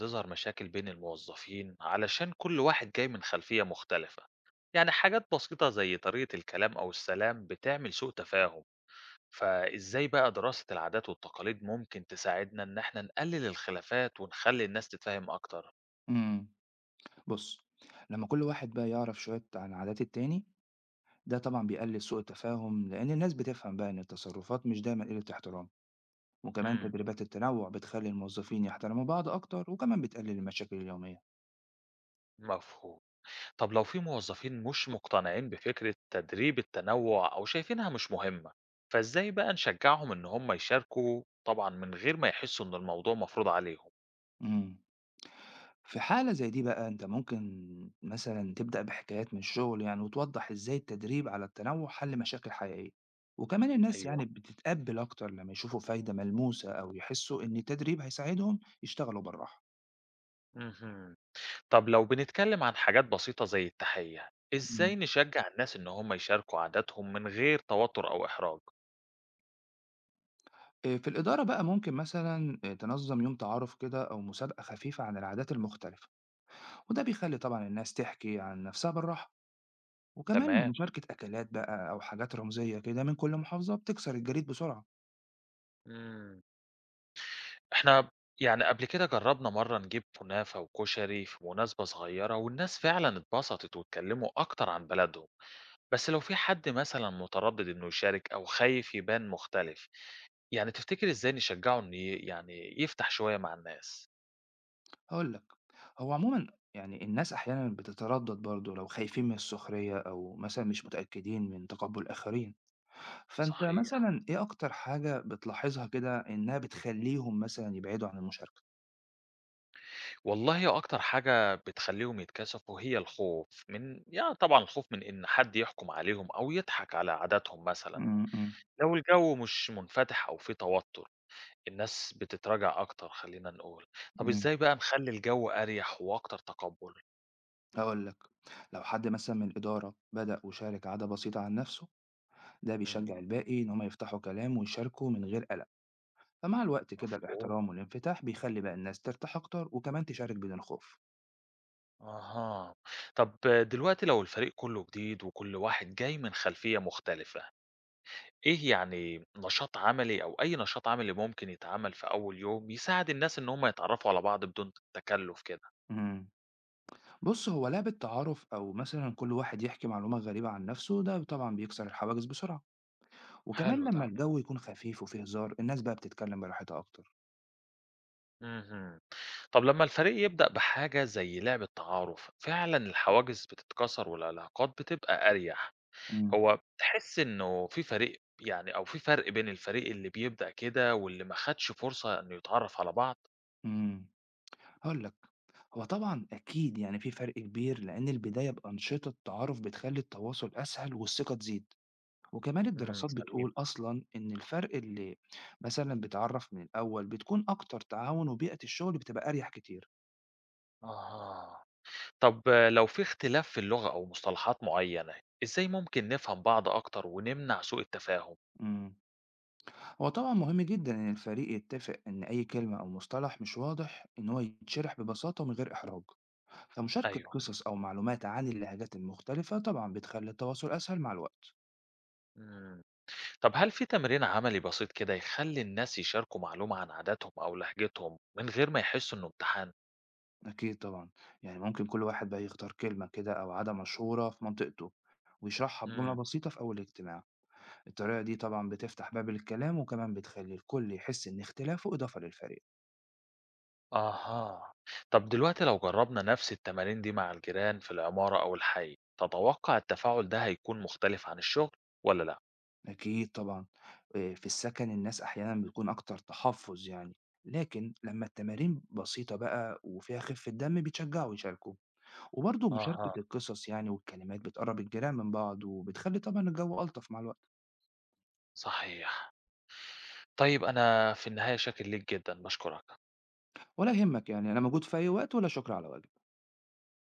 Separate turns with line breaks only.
تظهر مشاكل بين الموظفين علشان كل واحد جاي من خلفية مختلفة. يعني حاجات بسيطة زي طريقة الكلام أو السلام بتعمل سوء تفاهم. فإزاي بقى دراسة العادات والتقاليد ممكن تساعدنا إن احنا نقلل الخلافات ونخلي الناس تتفاهم أكتر؟
إمم. بُص، لمّا كل واحد بقى يعرف شوية عن عادات التاني، ده طبعًا بيقلل سوء التفاهم، لإن الناس بتفهم بقى إن التصرفات مش دايمًا قلة احترام، وكمان
امم
تدريبات التنوع بتخلّي الموظفين يحترموا بعض أكتر، وكمان بتقلل المشاكل اليومية.
مفهوم. طب لو في موظفين مش مقتنعين بفكرة تدريب التنوع أو شايفينها مش مهمة، فإزاي بقى نشجعهم إن هم يشاركوا طبعا من غير ما يحسوا إن الموضوع مفروض عليهم؟
إمم. في حالة زي دي بقى أنت ممكن مثلًا تبدأ بحكايات من الشغل يعني وتوضّح إزاي التدريب على التنوع حَل مشاكل حقيقية، وكمان الناس
أيوه،
يعني بتتقبّل أكتر لمّا يشوفوا فايدة ملموسة أو يحسوا إن التدريب هيساعدهم يشتغلوا بالراحة.
مهم. طب لو بنتكلم عن حاجات بسيطة زي التحية،
إمم.
إزاي نشجع الناس إن هم يشاركوا عاداتهم من غير توتر أو إحراج؟
في الإدارة بقى ممكن مثلًا تنظّم يوم تعارُف كده أو مسابقة خفيفة عن العادات المختلفة، وده بيخلّي طبعًا الناس تحكي عن نَفْسها بالراحة، وكمان
تمام،
مشاركة أكلات بقى أو حاجات رمزية كده من كل محافظة بتكسر الجليد بسرعة.
مم. إحنا يعني قبل كده جربنا مرة نجيب كنافة وكشري في مناسبة صغيرة والناس فعلا اتبسطت واتكلموا أكتر عن بلدهم، بس لو في حد مثلا متردد إنه يشارك أو خايف يبان مختلف، يعني تفتكر إزاي نشجعه إنه يعني يفتح شوية مع الناس؟
هاقول لك، هو عمومًا يعني الناس أحيانًا بتتردّد برضه لو خايفين من السخرية أو مثلًا مش متأكدين من تقبُّل الآخرين، فأنت
صحيح.
مثلًا إيه أكتر حاجة بتلاحظها كده إنّها بتخلّيهم مثلًا يبعدوا عن المشاركة؟
والله أكتر حاجة بتخلّيهم يتكسفوا هي الخوف من يعني طبعًا الخوف من إن حد يحكم عليهم أو يضحك على عاداتهم مثلًا.
إمم، إمم،
لو الجو مش منفتح أو في توتر، الناس بتتراجع أكتر خلّينا نقول. طب
إمم.
إزاي بقى نخلّي الجو أريح وأكتر تقبُّل؟
هاقول لك، لو حد مثلًا من الإدارة بدأ وشارك عادة بسيطة عن نفسه، ده
إمم،
بيشجع الباقي إن هم يفتحوا كلام ويشاركوا من غير قلق، فمع الوقت كده
مفهوم.
الاحترام والانفتاح بيخلي بقى الناس ترتاح أكتر وكمان تشارك بدون خوف.
أها. طب دلوقتي لو الفريق كُلّه جديد وكل واحد جاي من خلفية مختلفة، إيه يعني نشاط عملي أو أي نشاط عملي ممكن يتعمل في أول يوم يساعد الناس إن هم يتعرفوا على بعض بدون تكلف كده؟
إمم، بُص هو لعبة تعارف أو مثلًا كل واحد يحكي معلومة غريبة عن نفسه ده طبعًا بيكسر الحواجز بسرعة، وكمان
حلو ده،
لما الجو يكون خفيف وفيه هزار الناس بقى بتتكلم براحتها أكتر.
مهم. طب لما الفريق يبدأ بحاجة زي لعبة تعارف فعلا الحواجز بتتكسر والعلاقات بتبقى أريح.
إمم،
هو تحس إنه في فريق يعني أو في فرق بين الفريق اللي بيبدأ كده واللي ما خدش فرصة إنه يتعرف على بعض؟
إمم. هاقول لك، هو طبعًا أكيد يعني في فرق كبير، لأن البداية بأنشطة تعارف بتخلّي التواصل أسهل والثقة تزيد، وكمان الدراسات
سليم.
بتقول أصلًا إن الفرق اللي مثلًا بيتعرّف من الأول بتكون أكتر تعاون وبيئة الشغل بتبقى أريح كتير.
آه، طب لو في اختلاف في اللغة أو مصطلحات معينة، إزاي ممكن نفهم بعض أكتر ونمنع سوء التفاهم؟
إمم، هو طبعًا مهم جدًا إن الفريق يتفق إن أي كلمة أو مصطلح مش واضح إن هو يتشرح ببساطة ومن غير إحراج، فمشاركة
أيوه.
قصص أو معلومات عن اللهجات المختلفة طبعًا بتخلّي التواصل أسهل مع الوقت.
مم. طب هل في تمرين عملي بسيط كده يخلي الناس يشاركوا معلومة عن عاداتهم أو لهجتهم من غير ما يحسوا إنه امتحان؟
أكيد طبعًا، يعني ممكن كل واحد بقى يختار كلمة كده أو عادة مشهورة في منطقته، ويشرحها بجملة
مم.
بسيطة في أول اجتماع، الطريقة دي طبعًا بتفتح باب للكلام وكمان بتخلي الكل يحس إن اختلافه إضافة للفريق.
أها. طب دلوقتي لو جربنا نفس التمارين دي مع الجيران في العمارة أو الحي، تتوقع التفاعل ده هيكون مختلف عن الشغل ولا لأ؟
أكيد طبعًا، في السكن الناس أحيانًا بتكون أكتر تحفُّظ يعني، لكن لمّا التمارين بسيطة بقى وفيها خفة دم بيتشجعوا يشاركوا، وبرضه
أها.
مشاركة القصص يعني والكلمات بتقرّب الجيران من بعض وبتخلي طبعًا الجو ألطف مع الوقت.
صحيح. طيب أنا في النهاية شاكر ليك جدا، بشكرك.
ولا يهمك يعني، أنا موجود في أي وقت ولا شكر على واجب.